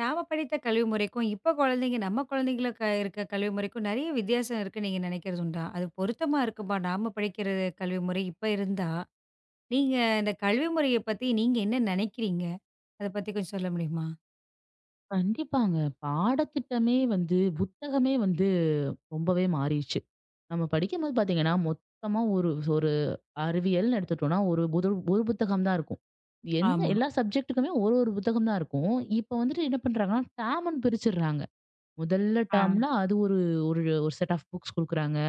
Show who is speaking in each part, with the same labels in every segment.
Speaker 1: நாம படித்த கல்வி முறைக்கும், இப்ப குழந்தைங்க நம்ம குழந்தைங்கள க இருக்க கல்வி முறைக்கும் நெறைய வித்தியாசம் இருக்குன்னு நீங்க நினைக்கிறது உண்டா? அது பொருத்தமா இருக்குமா? நாம படிக்கிற கல்வி முறை இப்ப இருந்தா, நீங்க இந்த கல்வி முறைய பத்தி நீங்க என்ன நினைக்கிறீங்க? அத பத்தி கொஞ்சம் சொல்ல முடியுமா?
Speaker 2: கண்டிப்பாங்க. பாடத்திட்டமே வந்து புத்தகமே வந்து ரொம்பவே மாறிருச்சு. நம்ம படிக்கும்போது பார்த்தீங்கன்னா, மொத்தமா ஒரு ஒரு அறிவியல்னு எடுத்துட்டோம்னா, ஒரு புது ஒரு புத்தகம் தான் இருக்கும். எந்த
Speaker 1: ஆமா.
Speaker 2: எல்லா சப்ஜெக்ட்டுக்குமே ஒரு ஒரு புத்தகம் தான் இருக்கும். இப்ப வந்துட்டு என்ன பண்றாங்கன்னா, டேம்ன்னு பிரிச்சுடுறாங்க. முதல்ல
Speaker 1: ஆ.
Speaker 2: டேர்ம்ல அது ஒரு ஒரு ஒரு செட் ஆஃப் புக்ஸ் குடுக்குறாங்க.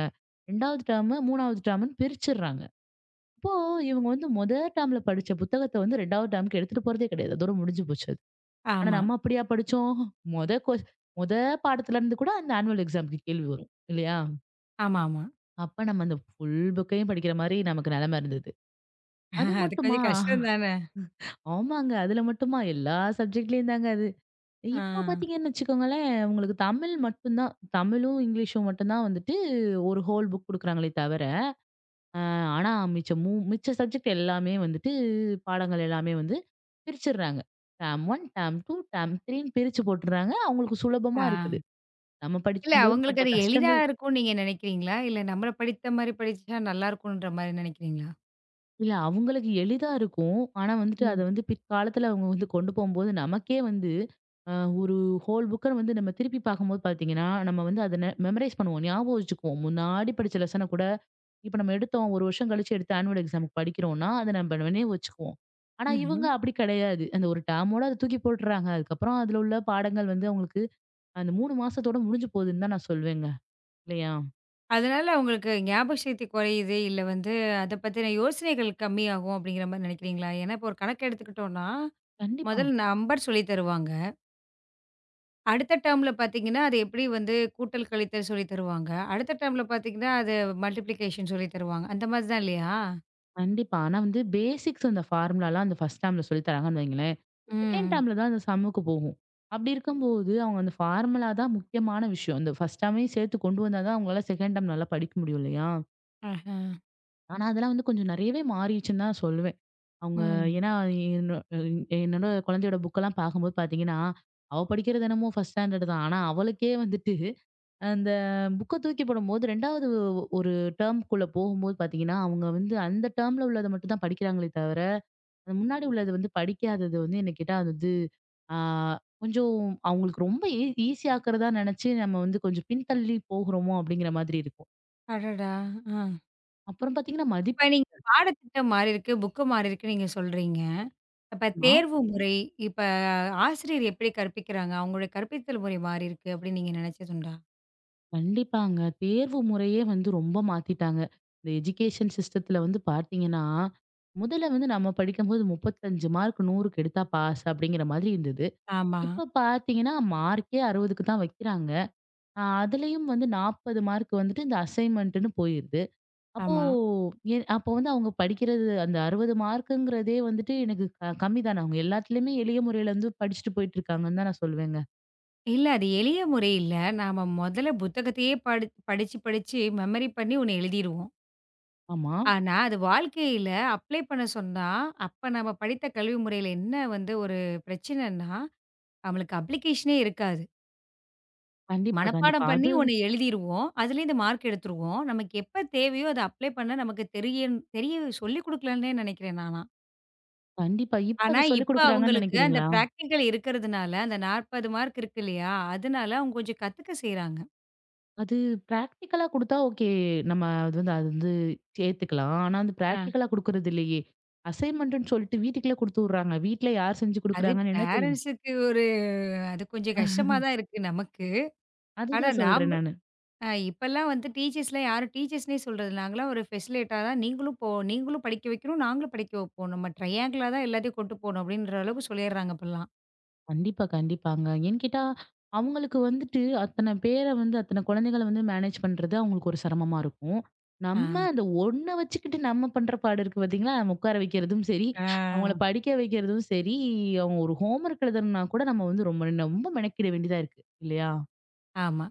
Speaker 2: 2வது டேர்ம், 3வது டேர்ம்ன்னு பிரிச்சுடுறாங்க. அப்போ இவங்க வந்து மொத டேர்ம்ல படிச்ச புத்தகத்த வந்து 2வது டேர்ம்க்கு எடுத்துட்டு போறதே கிடையாது. அதோட முடிஞ்சு போச்சு. ஆனா
Speaker 1: ஆமா.
Speaker 2: நம்ம அப்படியா படிச்சோம்? மொத கொஸ் மொத பாடத்துல இருந்து கூட அந்த ஆனுவல் எக்ஸாம்க்கு கேள்வி வரும். இல்லையா?
Speaker 1: ஆமாமா.
Speaker 2: அப்ப நம்ம அந்த ஃபுல் புக்கையும் படிக்கிற மாரி நமக்கு நெலைம இருந்தது. அது
Speaker 1: அது
Speaker 2: மட்டுமா?
Speaker 1: கொஞ்சம் கஷ்டம் தானே!
Speaker 2: ஆமாங்க. அதுல மட்டுமா? எல்லா சப்ஜெக்ட்லயும் தாங்க அது.
Speaker 1: ஆ.
Speaker 2: இப்போ பாத்தீங்கன்னு வச்சுக்கோங்களேன், உங்களுக்கு தமிழ் மட்டும் தான். தமிழும், இங்கிலீஷும் மட்டும் தான் வந்துட்டு ஒரு ஹோல் புக் குடுக்குறாங்களே தவிர, அ ஆனா மிச்ச சப்ஜெக்ட் எல்லாமே வந்துட்டு பாடங்கள் எல்லாமே வந்து பிரிச்சுர்றாங்க. டேர்ம் 1, டேர்ம் 2, டேர்ம் 3ன்னு பிரிச்சு போட்டுர்றாங்க. அவங்களுக்கு சுலபமா
Speaker 1: ஆ.
Speaker 2: இருக்குது. நம்ம
Speaker 1: இல்ல
Speaker 2: படிக்கும்போது
Speaker 1: அவங்களுக்கு
Speaker 2: பட்ட
Speaker 1: அது எளிதா
Speaker 2: கஷ்டங்கள்
Speaker 1: இருக்கும்னு நீங்க நினைக்கிறீங்களா? இல்ல நம்மள படித்த மாரி படிச்சா நல்லாருக்குன்ற மாரி நினைக்கிறீங்களா?
Speaker 2: இல்ல அவங்களுக்கு எளிதா இருக்கும். ஆனா வந்துட்டு அத
Speaker 1: ம்.
Speaker 2: வந்து பிற்காலத்துல அவங்க வந்து கொண்டு போம்போது நமக்கே வந்து அ ஒரு ஹோல் புக்க வந்து நம்ம திருப்பி பார்க்கும்போது பார்த்தீங்கன்னா, நம்ம வந்து அத மெமரைஸ் பண்ணுவோம். ஞாபகம் வச்சுக்குவோம். முன்னாடி படிச்ச லெசன கூட இப்ப நம்ம எடுத்தோம். ஒரு வருஷம் கழிச்சு எடுத்து ஆனுவல் எக்ஸாம்க்கு படிக்கிறோம்னா, அத நம்ம நினைவு வச்சுக்குவோம். ஆனா இவங்க
Speaker 1: ம்ஹ்ம்.
Speaker 2: அப்படி கிடையாது. அந்த ஒரு டேர்மோட அத தூக்கி போட்டுறாங்க. அதுக்கப்புறம் அதுல உள்ள பாடங்கள் வந்து அவங்களுக்கு அந்த 3 மாசத்தோட முடிஞ்சு போகுதுன்னு தான் நான் சொல்வேங்க. இல்லையா? ம்.
Speaker 1: அதனால அவங்களுக்கு ஞாபக சக்தி குறையுது, இல்ல வந்து அத பத்தின யோசனைகள் கம்மியாகும் அப்படிங்கிற மாரி நினைக்கிறீங்களா? ஏன்னா இப்போ ஒரு கணக்கு எடுத்துக்கிட்டோம்னா,
Speaker 2: கண்டிப்பா.
Speaker 1: முதல் நம்பர் சொல்லி தருவாங்க. அடுத்த டெர்ம்ல பார்த்தீங்கன்னா, அது எப்படி வந்து கூட்டல், கழித்தல் சொல்லி தருவாங்க. அடுத்த டெர்ம்ல பார்த்தீங்கன்னா, அது மல்டிப்ளிகேஷன் சொல்லி தருவாங்க. அந்த மாதிரி தான் இல்லையா?
Speaker 2: கண்டிப்பா. ஆனா வந்து பேசிக்ஸ் அந்த ஃபார்முலாலாம் அந்த ஃபர்ஸ்ட் டேர்ம்ல சொல்லி தராங்கன்னு வைங்களேன். செகண்ட்
Speaker 1: ம்.
Speaker 2: டேர்ம்ல தான் அந்த சம்முக்கு போகும். அப்படி இருக்கும்போது, அவங்க அந்த ஃபார்முலா தான் முக்கியமான விஷயம். அந்த ஃபர்ஸ்ட் டேர்மையும் சேர்த்து கொண்டு வந்தா தான் அவங்களால செகண்ட் டேர்ம் நல்லா படிக்க முடியும் இல்லையா?
Speaker 1: ஆஹா.
Speaker 2: ஆனா அதெல்லாம் வந்து கொஞ்சம் நெறையவே மாறிடுச்சுன்னு தான் சொல்லுவேன். அவங்க
Speaker 1: ம்.
Speaker 2: ஏன்னா என்ன என்னோட குழந்தையோட புக்கெல்லாம் பார்க்கும்போது பார்த்தீங்கன்னா, அவ படிக்கிறது என்னமோ ஃபர்ஸ்ட் ஸ்டாண்டர்ட் தான். ஆனா அவளுக்கே வந்துட்டு அந்த புக்க தூக்கி போடும்போது 2வது ஒரு டேர்ம்க்குள்ள போகும்போது பார்த்தீங்கன்னா, அவங்க வந்து அந்த டேர்ம்ல உள்ளத மட்டும் தான் படிக்கிறாங்களே தவிர அது முன்னாடி உள்ளது வந்து படிக்காதது வந்து என்ன கேட்டா அது வந்து, ஆ கொஞ்சம் அவங்களுக்கு ரொம்ப ஈஸி ஆக்குறதா நெனச்சு நம்ம வந்து கொஞ்சம் பின்தள்ளி போகுறோமோ! அப்படிங்கிற மாதிரி இருக்கும்.
Speaker 1: அடடா! ஆ.
Speaker 2: அப்புறம் பார்த்தீங்கன்னா,
Speaker 1: இப்ப நீங்க
Speaker 2: மதிப்பெண்லாம்
Speaker 1: பாடத்திட்டம் மாறியிருக்கு, புக்கு மாறியிருக்குன்னு நீங்க சொல்றீங்க. அப்ப தேர்வு முறை, இப்ப ஆசிரியர் எப்படி கற்பிக்கிறாங்க? அவங்களுடைய கற்பித்தல் முறை மாறியிருக்கு அப்படின்னு நீங்க நினைச்சதுண்டா?
Speaker 2: கண்டிப்பாங்க. தேர்வு முறையே வந்து ரொம்ப மாத்திட்டாங்க. இந்த எஜுகேஷன் சிஸ்டத்துல வந்து பார்த்தீங்கன்னா, முதல்ல வந்து நம்ம படிக்கும்போது 35 மார்க் 100க்கு எடுத்தா பாஸ் அப்படிங்கிற மாதிரி இருந்தது.
Speaker 1: ஆமா,
Speaker 2: இப்ப பார்த்தீங்கன்னா, மார்க்கே 60க்கு தான் வைக்கிறாங்க. அதுலயும் வந்து 40 மார்க் வந்துட்டு இந்த அசைன்மென்ட்ன்னு போயிருது. அப்போ
Speaker 1: ஆமா.
Speaker 2: அப்போ வந்து அவங்க படிக்கிறது அந்த 60 மார்க்குங்கிறதே வந்துட்டு எனக்கு கம்மி தானே. அவங்க எல்லாத்துலயுமே எளிய முறையில வந்து படிச்சுட்டு போயிட்டு இருக்காங்கன்னு தான் நான் சொல்லுவேங்க.
Speaker 1: இல்ல அது எளிய முறையில நாம மொதல்ல புத்தகத்தையே படிச்சு, படிச்சு மெமரி பண்ணி ஒண்ணு எழுதிருவோம்.
Speaker 2: ஆமா.
Speaker 1: ஆனா, அது வாழ்க்கையில அப்ளை பண்ண சொன்னா, அப்ப நம்ம படித்த கல்வி முறையில என்ன வந்து ஒரு பிரச்சனைன்னா, நம்மளுக்கு அப்ளிகேஷனே இருக்காது.
Speaker 2: கண்டிப்பா, கண்டிப்பா.
Speaker 1: மனப்பாடம் பண்ணி
Speaker 2: அது
Speaker 1: ஒண்ணு எழுதிருவோம். அதுலேருந்து மார்க் எடுத்துருவோம். நமக்கு எப்ப தேவையோ அத அப்ளை பண்ண நமக்கு தெரிய சொல்லிக் குடுக்கலன்னே நெனைக்கிறேன் நானா.
Speaker 2: கண்டிப்பா. இப்ப
Speaker 1: ஆனா,
Speaker 2: அது சொல்லிக்
Speaker 1: இப்ப
Speaker 2: குடுக்குறாங்கன்னு
Speaker 1: அவங்களுக்கு அந்த
Speaker 2: நெனைக்கிறீங்களா?
Speaker 1: பிராக்டிகல் இருக்கிறதுனால, அந்த 40 மார்க் இருக்கு இல்லையா? அதனால அவங்க கொஞ்சம் கத்துக்க செய்றாங்க.
Speaker 2: அது பிராக்டிகலா குடுத்தா ஓகே. நம்ம அது வந்து சேர்த்துக்கலாம். ஆனா வந்து
Speaker 1: ஆ.
Speaker 2: பிராக்டிகலா குடுக்குறது இல்லையே! அசைன்மென்ட்ன்னு சொல்லிட்டு வீட்டுக்குள்ளே குடுத்து விடுறாங்க. வீட்ல யார் செஞ்சு
Speaker 1: அது
Speaker 2: குடுக்குறாங்கன்னு என்ன தெரியும்?
Speaker 1: பேரண்ட்ஸுக்கு ஒரு அது கொஞ்சம் கஷ்டமா தான் இருக்கு நமக்கு. ஆனா
Speaker 2: அதுதான் சொல்றேன்
Speaker 1: நாம்ப
Speaker 2: நானு.
Speaker 1: இப்பலாம் வந்து டீச்சர்ஸ்லாம் யாரும் டீச்சர்ஸ்ன்னே சொல்றது இல்ல. நாங்கலாம் ஒரு ஃபெசிலேட்டரா தான் நீங்களும் போ நீங்களும் படிக்க வைக்கணும், நாங்களும் படிக்க வைப்போம். நம்ம ட்ரையாங்கிளா தான் எல்லாத்தையும் கொண்டு போணும் அப்படின்ற அளவுக்கு சொல்லிடுறாங்க இப்பலாம்.
Speaker 2: கண்டிப்பா, கண்டிப்பாங்க. ஏன்னு கேட்டா, அவங்களுக்கு வந்துட்டு அத்தன பேர வந்து அத்தன குழந்தைகள வந்து மேனேஜ் பண்றது அவங்களுக்கு ஒரு சிரமமா இருக்கும்.
Speaker 1: ஆ.
Speaker 2: நம்ம அந்த ஒண்ண வச்சுக்கிட்டு நம்ம பண்ற பாடு இருக்கு பார்த்தீங்களா? நம்ம உட்கார வைக்கிறதும் சரி,
Speaker 1: ஆ.
Speaker 2: அவங்கள படிக்க வைக்கிறதும் சரி, அவங்க ஒரு ஹோம்வொர்க் எழுதணும்னா கூட நம்ம வந்து ரொம்ப ரொம்ப மெனக்கிட வேண்டியதா இருக்கு. இல்லையா?
Speaker 1: ஆமா.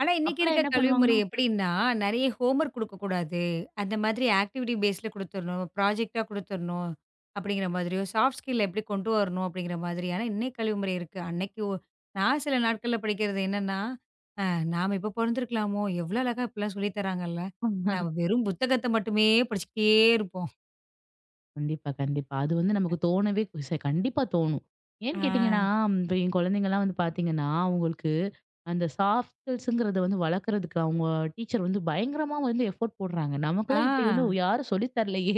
Speaker 1: ஆனா, இன்னைக்கு
Speaker 2: அப்பலாம்
Speaker 1: இருக்க
Speaker 2: என்ன
Speaker 1: கல்வி முறை
Speaker 2: பண்ணுவாங்கன்னா
Speaker 1: எப்படின்னா, நெறைய ஹோம் ஒர்க் குடுக்கக்கூடாது. அந்த மாதிரி ஆக்டிவிட்டி பேஸ்ல குடுத்துரணும். ப்ராஜெக்ட்டா குடுத்துரணும். அப்படிங்கிற மாதிரியோ, சாஃப்ட் ஸ்கில்ல எப்படி கொண்டு வரணும் அப்படிங்கிற மாதிரியான இன்னை கல்வி முறை இருக்கு. அன்னைக்கு நான் சில நாட்கள்ல படிக்கிறது என்னன்னா, அ நாம இப்ப பொறந்திருக்கலாமோ? எவ்வளோ அழகா இப்படிலாம் சொல்லி தராங்கல்ல. நாம வெறும் புத்தகத்த மட்டுமே படிச்சுக்கிட்டே இருப்போம்.
Speaker 2: கண்டிப்பா, கண்டிப்பா. அது வந்து நமக்கு தோணவே கண்டிப்பா தோணும்.
Speaker 1: ஆ.
Speaker 2: ஏன்னு கேட்டீங்கன்னா, இப்ப என் குழந்தைங்கலாம் வந்து பார்த்தீங்கன்னா, அவங்களுக்கு அந்த சாஃப்ட் ஸ்கில்ஸ்ங்கிறத வந்து வளர்க்கறதுக்கு அவங்க டீச்சர் வந்து பயங்கரமா வந்து எஃபோர்ட் போடுறாங்க.
Speaker 1: ஆ.
Speaker 2: நமக்கெல்லாம் இப்படி வந்து யாரும் சொல்லி தரலையே.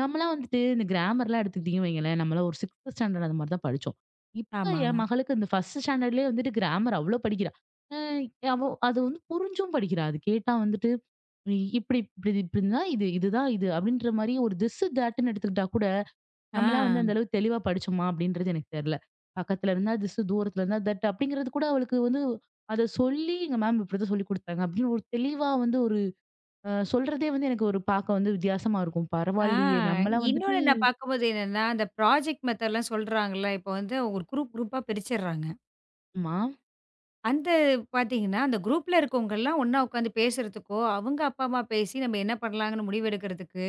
Speaker 2: நம்மலாம் வந்துட்டு இந்த கிராமர்லாம் எடுத்துக்கிட்டீங்கன்னு வைங்களேன், நம்மலாம் ஒரு 6த் ஸ்டாண்டர்ட் அந்த மாரி தான் படிச்சோம். இப்ப என்
Speaker 1: ஆமாமா.
Speaker 2: மகளுக்கு இந்த 1 ஸ்டாண்டர்ட்லயே வந்துட்டு கிராமர் அவ்ளோ படிக்கிறா. அ அவ அது வந்து புரிஞ்சும் படிக்கிறா. அது கேட்டா வந்துட்டு இப்படி இப்படி இப்படின்னா இது இதுதான் இது அப்படின்ற மாதிரி ஒரு திஸ் தாட்டுன்னு எடுத்துக்கிட்டா கூட
Speaker 1: ஆ.
Speaker 2: நம்மளாம் வந்து அந்த அளவு தெளிவா படிச்சோமா அப்படின்றது எனக்கு தெரியல பக்கத்துல இருந்தா திஸ் தூரத்துல இருந்தா தட் அப்படிங்கிறது கூட அவளுக்கு வந்து அதை சொல்லி எங்க மேம் இப்படிதான் சொல்லி கொடுத்தாங்க அப்படின்னு ஒரு தெளிவா வந்து ஒரு சொல்றதே வந்து எனக்கு ஒரு பார்க்க வந்து வித்தியாசமா இருக்கும்
Speaker 1: ஆ.
Speaker 2: பரவாயில்லையே நம்மளாம் வந்துட்டு
Speaker 1: இன்னொன்னு நான் பார்க்கும்போது என்னன்னா, அந்த ப்ராஜெக்ட் மெத்தட்லாம் சொல்றாங்கல்ல. இப்போ வந்து ஒரு குரூப் குரூப்பா பிரிச்சர்றாங்க.
Speaker 2: ஆமா
Speaker 1: அந்த பார்த்தீங்கன்னா, அந்த குரூப்ல இருக்கவங்கலாம் ஒண்ணா உட்காந்து பேசுறதுக்கோ, அவங்க அப்பா, அம்மா பேசி நம்ம என்ன பண்ணலாங்கன்னு முடிவெடுக்கிறதுக்கு,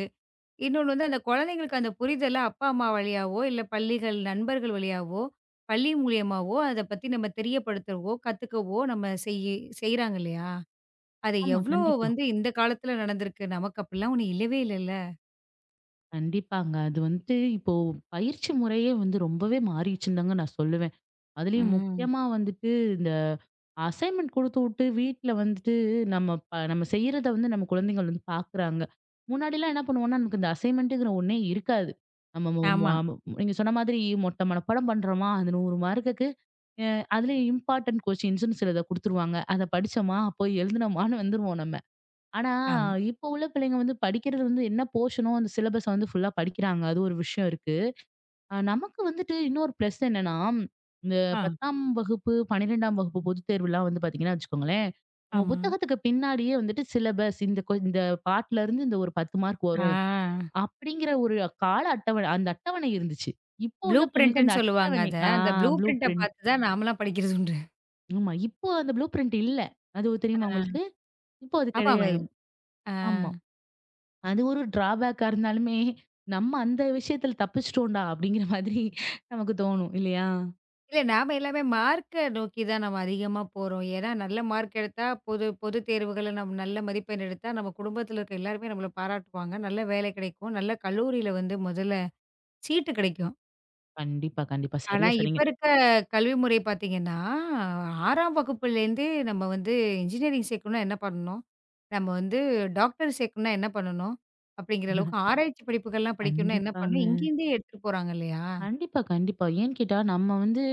Speaker 1: இன்னொன்னு வந்து அந்த குழந்தைங்களுக்கு அந்த புரிதல அப்பா, அம்மா வழியாவோ, இல்ல பள்ளிகள் நண்பர்கள் வழியாவோ, பள்ளி மூலியமாவோ அத பத்தி நம்ம தெரியப்படுத்தவோ, கத்துக்கவோ நம்ம செய்றாங்க இல்லையா? அது
Speaker 2: ஆமா
Speaker 1: எவ்ளோ
Speaker 2: கண்டிப்பா
Speaker 1: வந்து இந்த காலத்துல நடந்திருக்கு. நமக்கு அப்படிலாம் ஒண்ணும் இல்லவே இல்லல்ல.
Speaker 2: கண்டிப்பாங்க அது வந்துட்டு இப்போ பயிற்சி முறையே வந்து ரொம்பவே மாறிடுச்சுன்னு தாங்க நான் சொல்லுவேன் அதுலயும்
Speaker 1: ம்.
Speaker 2: முக்கியமா வந்துட்டு அசைன்மென்ட் குடுத்துவுட்டு, வீட்ல வந்துட்டு நம்ம செய்றத வந்து நம்ம குழந்தைகள் வந்து பார்க்குறாங்க. முன்னாடிலாம் என்ன பண்ணுவோம்னா, நமக்கு இந்த அசைன்மென்ட்டுங்கிற ஒண்ணே இருக்காது. நம்ம மு மு
Speaker 1: ஆமா,
Speaker 2: ஆம நீங்க சொன்ன மாதிரி மொட்டை மனப்பாடம் பண்றோமா, அது 100 மார்க்குக்கு அ அதுலயும் இம்பார்ட்டன்ட் கொஸ்டின்ஸ்ன்னு சிலத குடுத்துருவாங்க. அத படிச்சோமா, போய் எழுதுனோமான்னு வந்துருவோம் நம்ம. ஆனா,
Speaker 1: ஆமா.
Speaker 2: இப்போ உள்ள பிள்ளைங்க வந்து படிக்கிறது வந்து என்ன போர்ஷனோ அந்த சிலபஸ வந்து ஃபுல்லா படிக்கிறாங்க. அது ஒரு விஷயம் இருக்கு. நமக்கு வந்துட்டு இன்னொரு ப்ளஸ் என்னன்னா, இந்த
Speaker 1: ஆ,
Speaker 2: 10ஆம் வகுப்பு, 12ஆம் வகுப்பு பொதுத் தேர்வுலாம் வந்து பார்த்தீங்கன்னா வச்சுக்கோங்களேன், நம்ம
Speaker 1: ஆமா.
Speaker 2: புத்தகத்துக்கு பின்னாடியே வந்துட்டு சிலபஸ் இந்த பாட்டுலருந்து இந்த ஒரு 10 மார்க் வரும்.
Speaker 1: ஆ.
Speaker 2: அப்படிங்கிற ஒரு கால அட்டவணை அந்த அட்டவணை இருந்துச்சு. இப்போ
Speaker 1: ப்ளூ
Speaker 2: உள்ள பெண்களுக்கு
Speaker 1: பிரிண்ட்ன்னு
Speaker 2: அந்த
Speaker 1: சொல்லுவாங்க
Speaker 2: அட்டவணை
Speaker 1: அத. அந்த ப்ளூ
Speaker 2: ப்ளூ
Speaker 1: பிரிண்ட்ட
Speaker 2: பிரிண்ட்.
Speaker 1: பார்த்து தான் நாமலாம் படிக்கிறது உண்டு.
Speaker 2: ஆமா. இப்போ அந்த ப்ளூ பிரிண்ட் இல்ல. அது தெரியுமா
Speaker 1: ஆ.
Speaker 2: உங்களுக்கு? இப்போ அது
Speaker 1: ஆமா.
Speaker 2: கிடையாது.
Speaker 1: ஆ.
Speaker 2: ஆமா. அது ஒரு டிராபேக்கா இருந்தாலுமே, நம்ம அந்த விஷயத்துல தப்பிச்சுட்டோம்டா அப்படிங்கிற மாதிரி நமக்கு தோணும் இல்லையா?
Speaker 1: இல்ல நாம எல்லாமே மார்க்க நோக்கி தான் நம்ம அதிகமா போறோம். ஏன்னா, நல்ல மார்க் எடுத்தா பொது பொது தேர்வுகள்ல நம்ம நல்ல மதிப்பெண் எடுத்தா, நம்ம குடும்பத்தில இருக்க எல்லாருமே நம்மள பாராட்டுவாங்க. நல்ல வேலை கிடைக்கும். நல்ல கல்லூரியில வந்து முதல்ல சீட்டு கிடைக்கும்.
Speaker 2: கண்டிப்பா, கண்டிப்பா.
Speaker 1: ஆனா,
Speaker 2: சரியா
Speaker 1: இப்ப
Speaker 2: சொன்னீங்க.
Speaker 1: இருக்க கல்வி முறை பார்த்தீங்கன்னா, 6ஆம் வகுப்புலேருந்து நம்ம வந்து இன்ஜினியரிங் சேர்க்கணும்னா என்ன பண்ணணும்? நம்ம வந்து டாக்டர் சேர்க்கணும்னா என்ன பண்ணணும்? அப்படிங்கிற அளவுக்கு ஆராய்ச்சி படிப்புகள்லாம் படிக்கணும்னா என்ன
Speaker 2: கண்டிப்பாங்க.
Speaker 1: பண்ணணும்? இங்கேருந்தே எடுத்துட்டு போறாங்க இல்லையா?
Speaker 2: கண்டிப்பா, கண்டிப்பா. ஏன்னு கேட்டா, நம்ம வந்து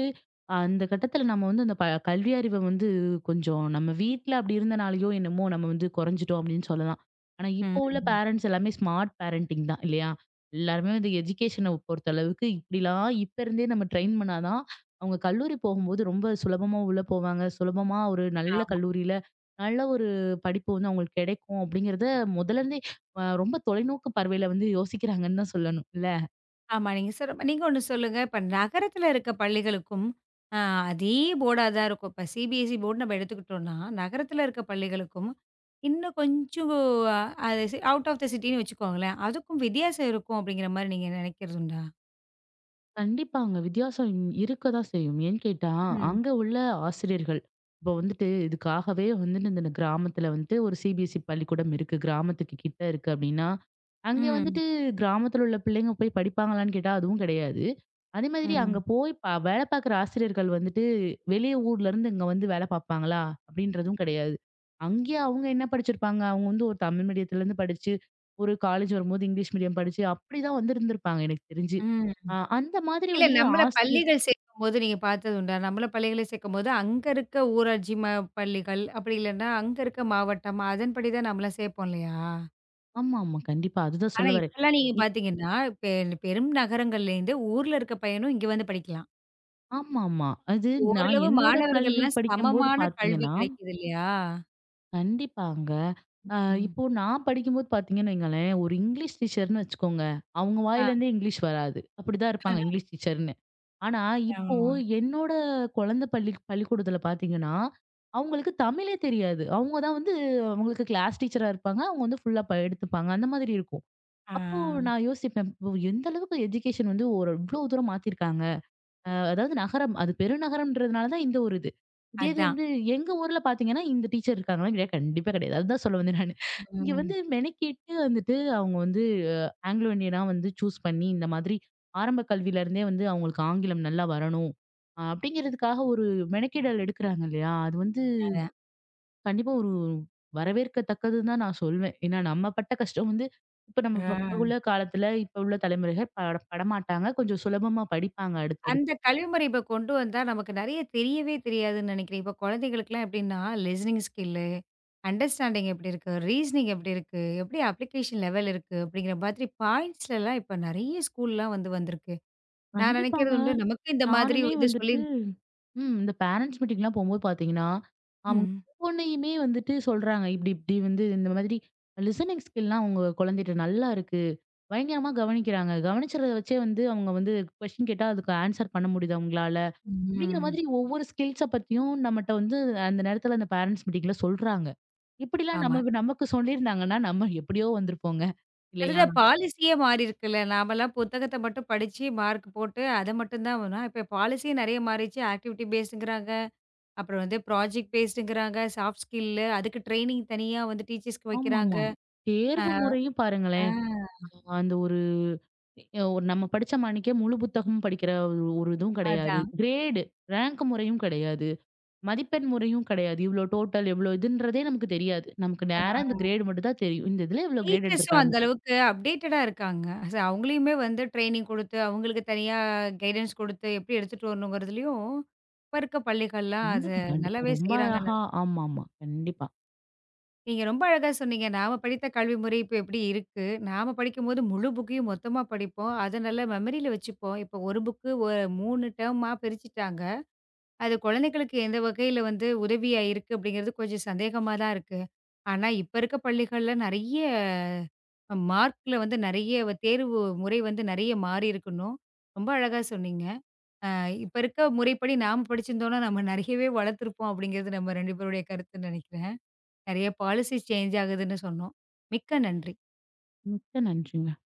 Speaker 2: அந்த கட்டத்துல நம்ம வந்து அந்த கல்வி அறிவ வந்து கொஞ்சம் நம்ம வீட்ல அப்படி இருந்தனாலயோ என்னமோ நம்ம வந்து குறைஞ்சுட்டோம் அப்படின்னு சொல்லலாம். ஆனா, இப்போ உள்ள
Speaker 1: ம்.
Speaker 2: பேரண்ட்ஸ் எல்லாமே ஸ்மார்ட் பேரண்டிங் தான் இல்லையா? எல்லாருமே வந்து எஜுகேஷன பொறுத்த அளவுக்கு இப்படிலாம் இப்ப இருந்தே நம்ம ட்ரெயின் பண்ணாதான், அவங்க கல்லூரி போகும்போது ரொம்ப சுலபமா உள்ள போவாங்க. சுலபமா ஒரு நல்ல
Speaker 1: ஆமா.
Speaker 2: கல்லூரியில நல்ல ஒரு படிப்பு வந்து அவங்களுக்கு கிடைக்கும் அப்படிங்கிறத முதல்ல இருந்தே ரொம்ப தொலைநோக்கு பார்வையில வந்து யோசிக்கிறாங்கன்னு தான் சொல்லணும் இல்ல?
Speaker 1: ஆமா. நீங்க நீங்க ஒண்ணு சொல்லுங்க. இப்ப நகரத்துல இருக்க பள்ளிகளுக்கும், அ அதே போர்டா தான் இருக்கும். இப்ப சிபிஎஸ்இ போர்டு நம்ம எடுத்துக்கிட்டோம்னா, நகரத்துல இருக்க பள்ளிகளுக்கும், இன்னும் கொஞ்சம் அது அவுட் ஆஃப் த சிட்டின்னு வச்சுக்கோங்களேன். அதுக்கும் வித்தியாசம் இருக்கும் அப்படிங்கிற மாரி நீங்க நினைக்கிறதுண்டா?
Speaker 2: கண்டிப்பாங்க. வித்தியாசம் இருக்க தான் செய்யும். ஏன்னு கேட்டா,
Speaker 1: ம்.
Speaker 2: அங்க உள்ள ஆசிரியர்கள் இப்போ வந்துட்டு இதுக்காகவே வந்துட்டு இந்த கிராமத்துல வந்துட்டு ஒரு CBSE பள்ளிக்கூடம் இருக்கு. கிராமத்துக்கு கிட்ட இருக்கு அப்டின்னா, அங்கே
Speaker 1: ம்.
Speaker 2: வந்துட்டு கிராமத்துல உள்ள பிள்ளைங்க போய் படிப்பாங்களான்னு கேட்டா, அதுவும் கிடையாது. அதே மாதிரி அங்க
Speaker 1: ம்.
Speaker 2: போய் வேலை பார்க்குற ஆசிரியர்கள் வந்துட்டு வெளிய ஊர்லருந்து இங்க வந்து வேலை பார்ப்பாங்களா? அப்டின்றதும் கிடையாது. அங்கேயே அவங்க என்ன படிச்சிருப்பாங்க? அவங்க வந்து ஒரு தமிழ் மீடியத்துலருந்து படிச்சு, ஒரு காலேஜ் வரும்போது இங்கிலீஷ் மீடியம் படிச்சு, அப்டிதான் வந்திருந்திருப்பாங்க எனக்கு தெரிஞ்சு.
Speaker 1: ம்.
Speaker 2: அந்த மாதிரி
Speaker 1: இல்ல
Speaker 2: வந்து
Speaker 1: நம்மள
Speaker 2: ஆசிரியர்
Speaker 1: பள்ளிகள் சேர்க்கும்போது நீங்க பார்த்ததுண்டா? நம்மள பள்ளிகள சேர்க்கும்போது, அங்க இருக்க ஊராட்சி பள்ளிகள், அப்படி இல்லன்னா, அங்க இருக்க மாவட்டம் அதன்படி தான் நம்மலாம் சேர்ப்போம் இல்லையா?
Speaker 2: ஆமாமா. கண்டிப்பா. அதுதான்
Speaker 1: ஆனா,
Speaker 2: சொல்ல வரேன்.
Speaker 1: இப்பல்லாம் நீங்க
Speaker 2: இ
Speaker 1: பார்த்தீங்கன்னா, பெ பெரும் நகரங்கள்லேருந்து ஊர்ல இருக்க பையனும் இங்க வந்து படிக்கலாம்.
Speaker 2: ஆமாமா. அது நான்
Speaker 1: ஓரளவு
Speaker 2: என்னோட கல்வி
Speaker 1: மாணவர்கள்லாம்
Speaker 2: படிக்கும்போது
Speaker 1: சமமான கல்வி
Speaker 2: பார்த்தீங்கன்னா,
Speaker 1: கிடைக்குது இல்லையா?
Speaker 2: கண்டிப்பாங்க. அ
Speaker 1: ம்.
Speaker 2: இப்போ நான் படிக்கும்போது பார்த்தீங்கன்னு வைங்களேன், ஒரு இங்கிலீஷ் டீச்சர்ன்னு வச்சுக்கோங்க. அவங்க
Speaker 1: ஆ.
Speaker 2: வாயிலேருந்தே இங்கிலீஷ் வராது. அப்படிதான் இருப்பாங்க இங்கிலீஷ் டீச்சர்ன்னு. ஆனா, இப்போ
Speaker 1: ஆமாமா.
Speaker 2: என்னோட குழந்தை பள்ளிக்கூடத்தில பார்த்தீங்கன்னா, அவங்களுக்கு தமிழே தெரியாது. அவங்க தான் வந்து அவங்களுக்கு கிளாஸ் டீச்சரா இருப்பாங்க. அவங்க வந்து ஃபுல்லா எடுத்துப்பாங்க. அந்த மாதிரி இருக்கும்.
Speaker 1: ஆ.
Speaker 2: அப்போ நான் யோசிப்பேன். "ஓ! எந்த அளவுக்கு எஜுகேஷன் வந்து ஒரு இவ்ளோ தூரம் மாத்திருக்காங்க." அதாவது நகரம். அது பெருநகரம்ன்றதுனால தான் இந்த ஒரு இது. இதே இது
Speaker 1: அதான்.
Speaker 2: வந்து எங்க ஊர்ல பார்த்தீங்கன்னா, இந்த டீச்சர் இருக்காங்களா? கிடையாது. கண்டிப்பா கிடையாது. அதுதான் சொல்ல வந்தேன் நானு. இங்க
Speaker 1: ம்.
Speaker 2: வந்து மெனக்கெட்டு வந்துட்டு அவங்க வந்து ஆங்கிலோ இண்டியனா வந்து சூஸ் பண்ணி, இந்த மாதிரி ஆரம்ப கல்வியில இருந்தே வந்து அவங்களுக்கு ஆங்கிலம் நல்லா வரணும். அப்படிங்கிறதுக்காக ஒரு மெனக்கெடல் எடுக்குறாங்க இல்லையா? அது வந்து
Speaker 1: அதான்.
Speaker 2: கண்டிப்பா ஒரு வரவேற்கத்தக்கதுன்னு தான் நான் சொல்வேன். ஏன்னா நம்ம பட்ட கஷ்டம் வந்து, இப்ப நம்ம இப்ப இப்ப உள்ள
Speaker 1: ஆ.
Speaker 2: காலத்துல, இப்ப உள்ள தலைமுறைகள் படமாட்டாங்க. கொஞ்சம் சுலபமா படிப்பாங்க
Speaker 1: அந்த
Speaker 2: அடுத்தடுத்து.
Speaker 1: கல்வி முறை இப்ப கொண்டு வந்தா நமக்கு நெறைய தெரியவே தெரியாதுன்னு நெனைக்கிறேன். இப்ப குழந்தைகளுக்குலாம் எப்படின்னா, லிசனிங் ஸ்கில்லு, அண்டர்ஸ்டாண்டிங் எப்படி இருக்கு? ரீசனிங் எப்படி இருக்கு? எப்படி அப்ளிகேஷன் லெவல் இருக்கு? அப்படிங்கிற மாதிரி பாயிண்ட்ஸ்லலாம் இப்ப நெறைய ஸ்கூல்லாம் வந்து வந்திருக்கு. நான்
Speaker 2: கண்டிப்பாங்க.
Speaker 1: நெனைக்கிறது உண்டு. நமக்கு இந்த மாதிரி
Speaker 2: நானுமே
Speaker 1: வந்து சொல்லி
Speaker 2: வந்துட்டு ம். இந்த பேரண்ட்ஸ் மீட்டிங்லாம் போம்போது பார்த்தீங்கன்னா, அவங்க
Speaker 1: ம்.
Speaker 2: ஒவ்வொன்னையுமே வந்துட்டு சொல்றாங்க. இப்படி இப்படி வந்து இந்த மாதிரி லிசனிங் ஸ்கில்லாம் உங்க குழந்தைட்ட நல்லா இருக்கு. பயங்கரமா கவனிக்கிறாங்க. கவனிச்சத வச்சே வந்து அவங்க வந்து கொஸ்டின் கேட்டா அதுக்கு ஆன்சர் பண்ண முடியுது அவங்களால. அப்படிங்கிற
Speaker 1: ம்.
Speaker 2: மாதிரி ஒவ்வொரு ஸ்கில்ஸ பத்தியும் நம்மட்ட வந்து அந்த நேரத்துல அந்த பேரண்ட்ஸ் மீட்டிங்ல சொல்றாங்க. இப்படிலாம்
Speaker 1: ஆமா.
Speaker 2: நம்ம நமக்கு சொல்லியிருந்தாங்கன்னா, நம்ம எப்படியோ வந்திருப்போங்க. இல்லையா?
Speaker 1: அதுதான் பாலிசியே மாறியிருக்குல்ல. நாமெல்லாம் புத்தகத்த மட்டும் படிச்சு மார்க் போட்டு அத மட்டும் தான் வரும். இப்ப பாலிசியே நெறைய மாறிடுச்சு. ஆக்டிவிட்டி பேஸ்டுங்கிறாங்க. அப்புறம் வந்து ப்ராஜெக்ட் பேஸ்டுங்கிறாங்க. சாஃப்ட் ஸ்கில் அதுக்கு ட்ரெய்னிங் தனியா வந்து டீச்சர்ஸ்க்கு வைக்கிறாங்க.
Speaker 2: ஆமாமா.
Speaker 1: அ,
Speaker 2: தேர்வு முறையும்
Speaker 1: ஆ
Speaker 2: பாருங்களேன். அந்த ஒரு ஒரு நம்ம படிச்ச மாணிக்கே முழு புத்தகமும் படிக்கிற ஒரு ஒரு இதுவும் கிடையாது.
Speaker 1: அதான்.
Speaker 2: கிரேடு, ரேங்க் முறையும் கிடையாது. மதிப்பெண் முறையும் கிடையாது. இவ்ளோ டோட்டல் எவ்ளோ இதுன்றதே நமக்கு தெரியாது. நமக்கு நேரா
Speaker 1: அ
Speaker 2: இந்த கிரேடு மட்டும் தான் தெரியும். இந்த இதுல இவ்ளோ கிரேட்
Speaker 1: டீச்சர்ஸும்
Speaker 2: எடுத்திருக்காங்க.
Speaker 1: அந்த அளவுக்கு அப்டேட்டடா இருக்காங்க. சோ அவங்களையுமே வந்து ட்ரெய்னிங் குடுத்து, அவங்களுக்கு தனியா கைடன்ஸ் குடுத்து, எப்படி எடுத்துட்டு வரணுங்கிறதுலயும் இப்ப இருக்க பள்ளிகள்லாம் அத
Speaker 2: கண்டிப்பா, கண்டிப்பா.
Speaker 1: நல்லாவே
Speaker 2: ரொம்ப
Speaker 1: செய்றாங்கன்னு
Speaker 2: அழகா ஆமாமா. கண்டிப்பா.
Speaker 1: நீங்க ரொம்ப அழகா சொன்னீங்க. நாம படித்த கல்வி முறை இப்ப எப்படி இருக்கு? நாம படிக்கும்போது முழு புக்கையும் மொத்தமா படிப்போம். அத நல்லா மெமரியில வச்சுப்போம். இப்ப ஒரு புக்கு 3 டேர்மா பிரிச்சுட்டாங்க. அது குழந்தைகளுக்கு எந்த வகையில வந்து உதவியா இருக்கு அப்படிங்கிறது கொஞ்சம் சந்தேகமா தான் இருக்கு. ஆனா, இப்ப இருக்க பள்ளிகள்ல நெறைய மார்க்ல வந்து நெறைய தேர்வு முறை வந்து நெறைய மாறி இருக்கணும். ரொம்ப அழகா சொன்னீங்க. அ இப்ப இருக்க முறைப்படி நாம படிச்சிருந்தோம்னா, நம்ம நெறையவே வளர்த்துருப்போம் அப்படிங்கிறது நம்ம 2 பேருடைய கருத்துன்னு நெனைக்கிறேன். நெறைய பாலிசி சேஞ்ச் ஆகுதுன்னு சொன்னோம். மிக்க நன்றி!
Speaker 2: மிக்க நன்றிங்க.